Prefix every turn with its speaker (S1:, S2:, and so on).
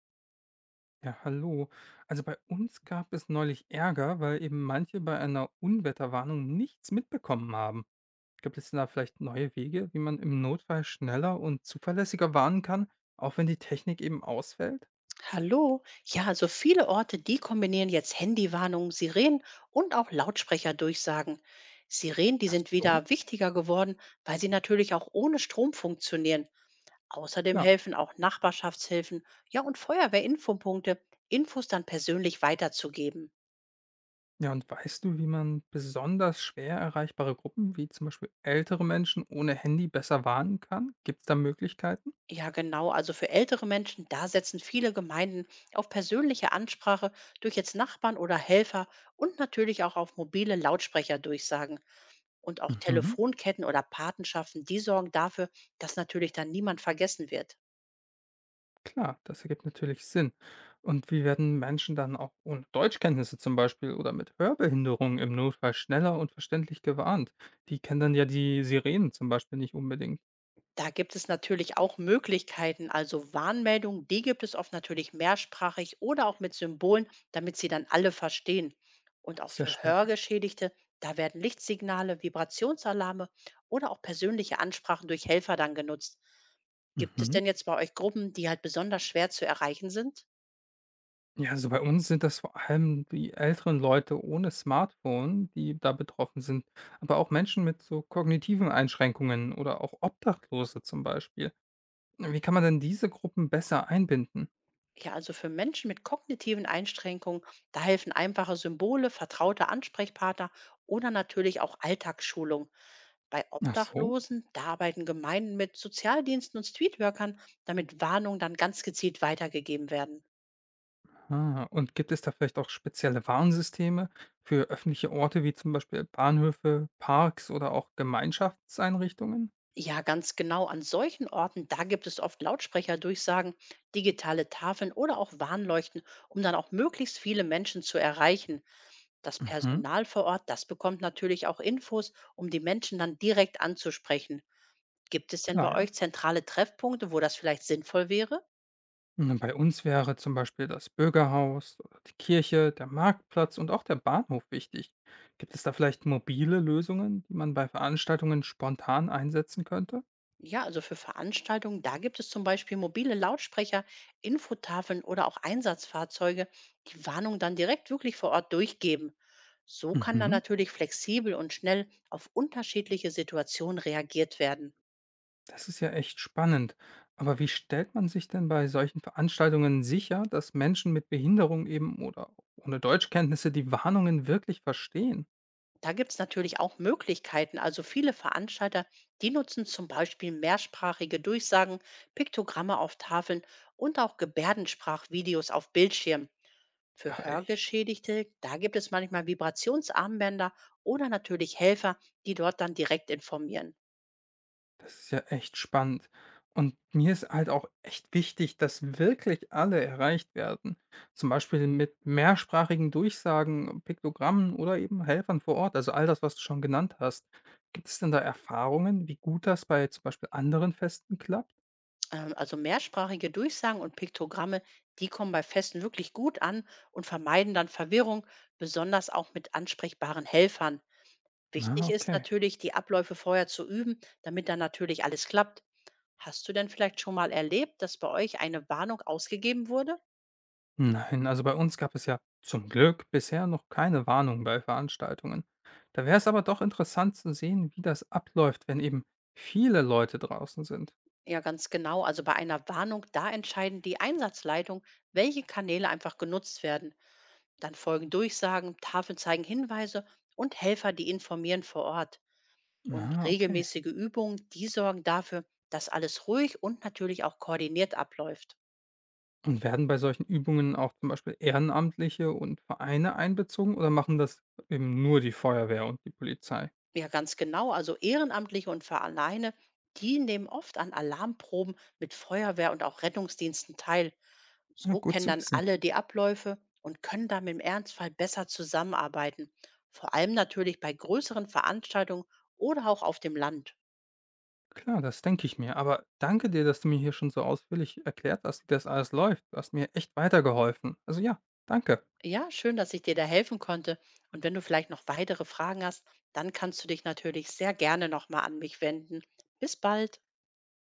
S1: Ja, hallo. Also bei uns gab es neulich Ärger, weil eben manche bei einer Unwetterwarnung nichts mitbekommen haben. Gibt es denn da vielleicht neue Wege, wie man im Notfall schneller und zuverlässiger warnen kann, auch wenn die Technik eben ausfällt?
S2: Hallo. Ja, also viele Orte, die kombinieren jetzt Handywarnungen, Sirenen und auch Lautsprecherdurchsagen. Sirenen, die
S1: Ach
S2: sind
S1: so.
S2: wieder wichtiger geworden, weil sie natürlich auch ohne Strom funktionieren. Außerdem
S1: Klar.
S2: helfen auch Nachbarschaftshilfen, ja und Feuerwehrinfopunkte, Infos dann persönlich weiterzugeben.
S1: Ja, und weißt du, wie man besonders schwer erreichbare Gruppen, wie zum Beispiel ältere Menschen ohne Handy, besser warnen kann? Gibt es da Möglichkeiten?
S2: Ja, genau. Also für ältere Menschen, da setzen viele Gemeinden auf persönliche Ansprache durch jetzt Nachbarn oder Helfer und natürlich auch auf mobile Lautsprecherdurchsagen. Und auch
S1: Mhm.
S2: Telefonketten oder Patenschaften, die sorgen dafür, dass natürlich dann niemand vergessen wird.
S1: Klar, das ergibt natürlich Sinn. Und wie werden Menschen dann auch ohne Deutschkenntnisse zum Beispiel oder mit Hörbehinderung im Notfall schneller und verständlich gewarnt? Die kennen dann ja die Sirenen zum Beispiel nicht unbedingt.
S2: Da gibt es natürlich auch Möglichkeiten, also Warnmeldungen, die gibt es oft natürlich mehrsprachig oder auch mit Symbolen, damit sie dann alle verstehen. Und auch
S1: Sehr
S2: für
S1: spannend.
S2: Hörgeschädigte, da werden Lichtsignale, Vibrationsalarme oder auch persönliche Ansprachen durch Helfer dann genutzt. Gibt es
S1: Mhm.
S2: denn jetzt bei euch Gruppen, die halt besonders schwer zu erreichen sind?
S1: Ja, also bei uns sind das vor allem die älteren Leute ohne Smartphone, die da betroffen sind, aber auch Menschen mit so kognitiven Einschränkungen oder auch Obdachlose zum Beispiel. Wie kann man denn diese Gruppen besser einbinden?
S2: Ja, also für Menschen mit kognitiven Einschränkungen, da helfen einfache Symbole, vertraute Ansprechpartner oder natürlich auch Alltagsschulung. Bei
S1: Ach so.
S2: Obdachlosen, da arbeiten Gemeinden mit Sozialdiensten und Streetworkern, damit Warnungen dann ganz gezielt weitergegeben werden.
S1: Ah, und gibt es da vielleicht auch spezielle Warnsysteme für öffentliche Orte wie zum Beispiel Bahnhöfe, Parks oder auch Gemeinschaftseinrichtungen?
S2: Ja, ganz genau. An solchen Orten, da gibt es oft Lautsprecherdurchsagen, digitale Tafeln oder auch Warnleuchten, um dann auch möglichst viele Menschen zu erreichen. Das
S1: Mhm.
S2: Personal vor Ort, das bekommt natürlich auch Infos, um die Menschen dann direkt anzusprechen. Gibt es denn
S1: Klar,
S2: bei
S1: ja.
S2: euch zentrale Treffpunkte, wo das vielleicht sinnvoll wäre?
S1: Und bei uns wäre zum Beispiel das Bürgerhaus, oder die Kirche, der Marktplatz und auch der Bahnhof wichtig. Gibt es da vielleicht mobile Lösungen, die man bei Veranstaltungen spontan einsetzen könnte?
S2: Ja, also für Veranstaltungen, da gibt es zum Beispiel mobile Lautsprecher, Infotafeln oder auch Einsatzfahrzeuge, die Warnung dann direkt wirklich vor Ort durchgeben. So kann dann
S1: Mhm.
S2: natürlich flexibel und schnell auf unterschiedliche Situationen reagiert werden.
S1: Das ist ja echt spannend. Aber wie stellt man sich denn bei solchen Veranstaltungen sicher, dass Menschen mit Behinderung eben oder ohne Deutschkenntnisse die Warnungen wirklich verstehen?
S2: Da gibt es natürlich auch Möglichkeiten. Also viele Veranstalter, die nutzen zum Beispiel mehrsprachige Durchsagen, Piktogramme auf Tafeln und auch Gebärdensprachvideos auf Bildschirmen.
S1: Ach
S2: Für
S1: echt,
S2: Hörgeschädigte, da gibt es manchmal Vibrationsarmbänder oder natürlich Helfer, die dort dann direkt informieren.
S1: das ist ja echt spannend. Und mir ist halt auch echt wichtig, dass wirklich alle erreicht werden. Zum Beispiel mit mehrsprachigen Durchsagen, Piktogrammen oder eben Helfern vor Ort. Also all das, was du schon genannt hast. Gibt es denn da Erfahrungen, wie gut das bei zum Beispiel anderen Festen klappt?
S2: Also mehrsprachige Durchsagen und Piktogramme, die kommen bei Festen wirklich gut an und vermeiden dann Verwirrung, besonders auch mit ansprechbaren Helfern.
S1: Na,
S2: Wichtig ist
S1: okay.
S2: natürlich, die Abläufe vorher zu üben, damit dann natürlich alles klappt. Hast du denn vielleicht schon mal erlebt, dass bei euch eine Warnung ausgegeben wurde?
S1: Nein, also bei uns gab es ja zum Glück bisher noch keine Warnung bei Veranstaltungen. Da wäre es aber doch interessant zu sehen, wie das abläuft, wenn eben viele Leute draußen sind.
S2: Ja, ganz genau. Also bei einer Warnung, da entscheiden die Einsatzleitung, welche Kanäle einfach genutzt werden. Dann folgen Durchsagen, Tafeln zeigen Hinweise und Helfer, die informieren vor Ort. Und
S1: Ah, okay.
S2: regelmäßige Übungen, die sorgen dafür, dass alles ruhig und natürlich auch koordiniert abläuft.
S1: Und werden bei solchen Übungen auch zum Beispiel Ehrenamtliche und Vereine einbezogen oder machen das eben nur die Feuerwehr und die Polizei?
S2: Ja, ganz genau. Also Ehrenamtliche und Vereine, die nehmen oft an Alarmproben mit Feuerwehr und auch Rettungsdiensten teil.
S1: Na,
S2: So
S1: gut
S2: kennen
S1: zu
S2: dann
S1: wissen.
S2: alle die Abläufe und können dann im Ernstfall besser zusammenarbeiten. Vor allem natürlich bei größeren Veranstaltungen oder auch auf dem Land.
S1: Klar, das denke ich mir. Aber danke dir, dass du mir hier schon so ausführlich erklärt hast, wie das alles läuft. Du hast mir echt weitergeholfen. Also ja, danke.
S2: Ja, schön, dass ich dir da helfen konnte. Und wenn du vielleicht noch weitere Fragen hast, dann kannst du dich natürlich sehr gerne nochmal an mich wenden. Bis bald.